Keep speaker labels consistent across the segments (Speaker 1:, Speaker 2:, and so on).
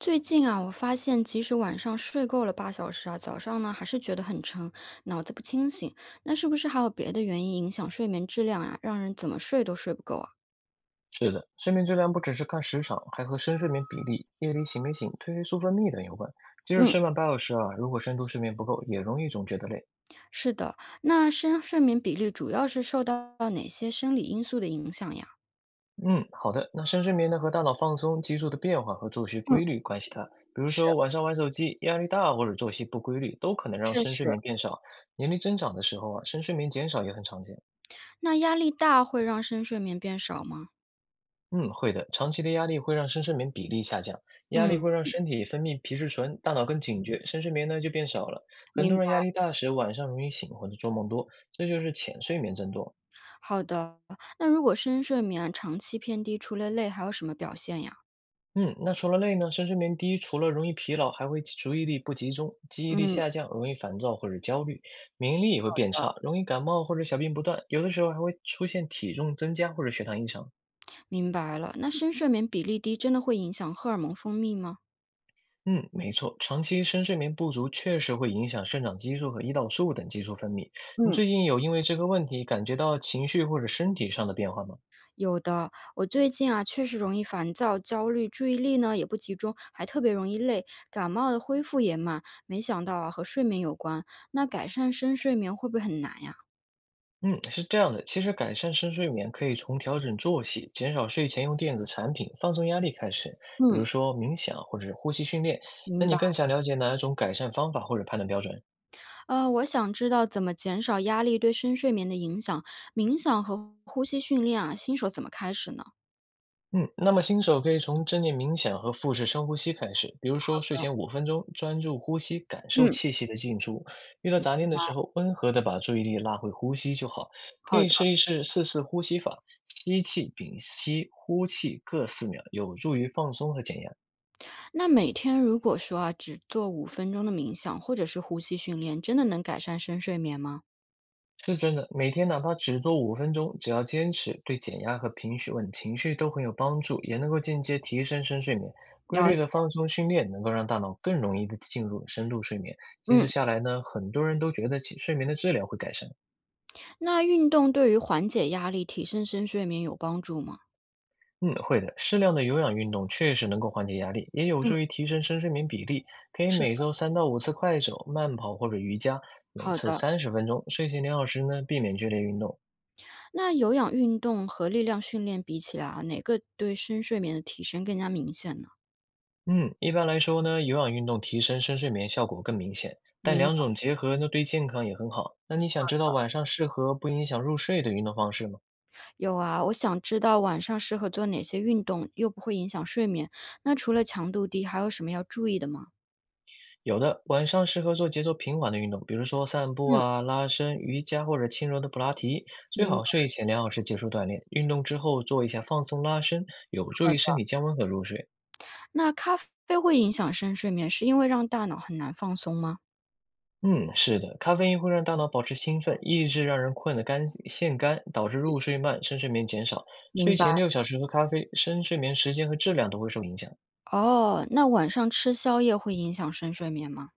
Speaker 1: 最近啊，我发现即使晚上睡够了8小时啊，早上呢还是觉得很沉，脑子不清醒。那是不是还有别的原因影响睡眠质量啊？让人怎么睡都睡不够啊？
Speaker 2: 是的，睡眠质量不只是看时长，还和深睡眠比例、夜里醒没醒、褪黑素分泌等有关。即使
Speaker 1: 嗯，
Speaker 2: 睡满8小时啊，如果深度睡眠不够，也容易总觉得累。
Speaker 1: 是的，那深睡眠比例主要是受到哪些生理因素的影响呀？
Speaker 2: 嗯，好的。那深睡眠呢，和大脑放松激素的变化和作息
Speaker 1: 嗯，
Speaker 2: 规律关系大。比如
Speaker 1: 是，
Speaker 2: 说晚上玩手机、压力大或者作息不规律，都可能让
Speaker 1: 确
Speaker 2: 深睡
Speaker 1: 实。
Speaker 2: 眠变少。年龄增长的时候啊，深睡眠减少也很常见。
Speaker 1: 那压力大会让深睡眠变少吗？
Speaker 2: 嗯，会的。长期的压力会让深睡眠比例下降，压力会
Speaker 1: 嗯，
Speaker 2: 让身体分泌皮质醇，大脑更警觉，深睡眠呢就变少了。很多
Speaker 1: 明
Speaker 2: 人
Speaker 1: 白。
Speaker 2: 压力大时晚上容易醒或者做梦多，这就是浅睡眠增多。
Speaker 1: 好的，那如果深睡眠啊长期偏低，除了累还有什么表现呀？
Speaker 2: 嗯，那除了累呢，深睡眠低除了容易疲劳，还会注意力不集中、记忆力
Speaker 1: 嗯。
Speaker 2: 下降，容易烦躁或者焦虑，免疫力也会变差，容易感冒或者小病不断，有的时候还会出现体重增加或者血糖异常。
Speaker 1: 明白了，那深睡眠比例低真的会影响荷尔蒙分泌吗？
Speaker 2: 嗯，没错，长期深睡眠不足确实会影响生长激素和胰岛素等激素分泌。你
Speaker 1: 嗯，
Speaker 2: 最近有因为这个问题感觉到情绪或者身体上的变化吗？
Speaker 1: 有的，我最近啊确实容易烦躁、焦虑，注意力呢也不集中，还特别容易累，感冒的恢复也慢。没想到啊和睡眠有关，那改善深睡眠会不会很难呀？
Speaker 2: 嗯，是这样的，其实改善深睡眠可以从调整作息、减少睡前用电子产品、放松压力开始，比如
Speaker 1: 嗯，
Speaker 2: 说冥想或者是呼吸训练。那
Speaker 1: 明
Speaker 2: 你
Speaker 1: 白。
Speaker 2: 更想了解哪一种改善方法或者判断标准？
Speaker 1: 我想知道怎么减少压力对深睡眠的影响，冥想和呼吸训练啊，新手怎么开始呢？
Speaker 2: 嗯，那么新手可以从正念冥想和腹式深呼吸开始，比如说睡前五分钟专注呼吸，感受
Speaker 1: 嗯。
Speaker 2: 气息的进出。遇到杂念的时候，温和的把注意力拉回呼吸就好。可
Speaker 1: 好
Speaker 2: 以
Speaker 1: 的。
Speaker 2: 试一试4次呼吸法，吸气、屏息、呼气各4秒，有助于放松和减压。
Speaker 1: 那每天如果说啊，只做5分钟的冥想或者是呼吸训练，真的能改善深睡眠吗？
Speaker 2: 是真的，每天哪怕只做五分钟，只要坚持，对减压和平绪稳情绪都很有帮助，也能够间接提升深睡眠。规
Speaker 1: 了
Speaker 2: 律
Speaker 1: 解。
Speaker 2: 的放松训练能够让大脑更容易的进入深度睡眠。坚
Speaker 1: 嗯，
Speaker 2: 持下来呢，很多人都觉得起睡眠的质量会改善。
Speaker 1: 那运动对于缓解压力、提升深睡眠有帮助吗？
Speaker 2: 嗯，会的，适量的有氧运动确实能够缓解压力，也有
Speaker 1: 嗯，
Speaker 2: 助于提升深睡眠比例。可以
Speaker 1: 是
Speaker 2: 每
Speaker 1: 的。
Speaker 2: 周3到5次快走、慢跑或者瑜伽，每
Speaker 1: 好
Speaker 2: 次
Speaker 1: 的，
Speaker 2: 30分钟。睡前两小时呢，避免剧烈运动，
Speaker 1: 那有氧运动和力量训练比起来啊，哪个对深睡眠的提升更加明显呢？
Speaker 2: 嗯，一般来说呢，有氧运动提升深睡眠效果更明显，但
Speaker 1: 明白
Speaker 2: 两种
Speaker 1: 了，
Speaker 2: 结合呢，对健康也很好。那你想知道晚上适合不影响入睡的运动方式吗？
Speaker 1: 有啊，我想知道晚上适合做哪些运动，又不会影响睡眠。那除了强度低，还有什么要注意的吗？
Speaker 2: 有的，晚上适合做节奏平缓的运动，比如说散步
Speaker 1: 嗯，
Speaker 2: 啊、拉伸、瑜伽或者轻柔的普拉提。最
Speaker 1: 明
Speaker 2: 好
Speaker 1: 白。
Speaker 2: 睡前两小时结束锻炼，运动之后做一下放松拉伸，有助
Speaker 1: 好
Speaker 2: 于身
Speaker 1: 的。
Speaker 2: 体降温和入睡。
Speaker 1: 那咖啡会影响深睡眠，是因为让大脑很难放松吗？
Speaker 2: 嗯，是的，咖啡因会让大脑保持兴奋，抑制让人困的干腺干，导致入睡慢、深睡眠减少。
Speaker 1: 明
Speaker 2: 睡
Speaker 1: 白。
Speaker 2: 前6小时喝咖啡，深睡眠时间和质量都会受影响。
Speaker 1: 哦，那晚上吃宵夜会影响深睡眠吗？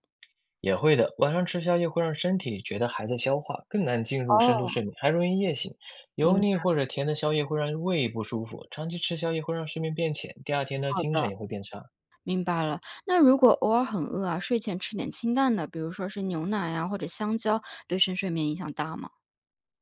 Speaker 2: 也会的，晚上吃宵夜会让身体觉得还在消化，更难进入深度
Speaker 1: 哦，
Speaker 2: 睡眠，还容易夜醒。油
Speaker 1: 明白，
Speaker 2: 腻或者甜的宵夜会让胃不舒服，长期吃宵夜会让睡眠变浅，第二天呢
Speaker 1: 好
Speaker 2: 精
Speaker 1: 的，
Speaker 2: 神也会变差。
Speaker 1: 明白了。那如果偶尔很饿啊，睡前吃点清淡的，比如说是牛奶啊或者香蕉，对深睡眠影响大吗？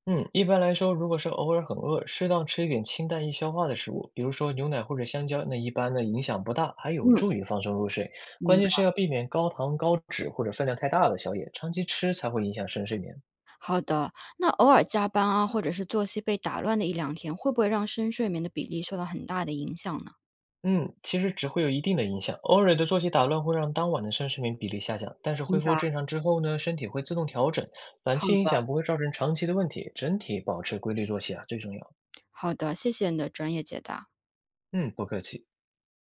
Speaker 2: 嗯，一般来说，如果是偶尔很饿，适当吃一点清淡易消化的食物，比如说牛奶或者香蕉，那一般呢影响不大，还有
Speaker 1: 嗯，
Speaker 2: 助于放松入睡。关
Speaker 1: 明
Speaker 2: 键是
Speaker 1: 白。
Speaker 2: 要避免高糖、高脂或者分量太大的宵夜，长期吃才会影响深睡眠。
Speaker 1: 好的，那偶尔加班啊，或者是作息被打乱的一两天，会不会让深睡眠的比例受到很大的影响呢？
Speaker 2: 嗯，其实只会有一定的影响，偶尔的作息打乱会让当晚的深睡眠比例下降，但是
Speaker 1: 明
Speaker 2: 恢
Speaker 1: 白。
Speaker 2: 复正常之后呢，身体会自动调整，短
Speaker 1: 好
Speaker 2: 期影
Speaker 1: 的，
Speaker 2: 响不会造成长期的问题，整体保持规律作息啊最重要。
Speaker 1: 好的，谢谢你的专业解答。
Speaker 2: 嗯，不客气。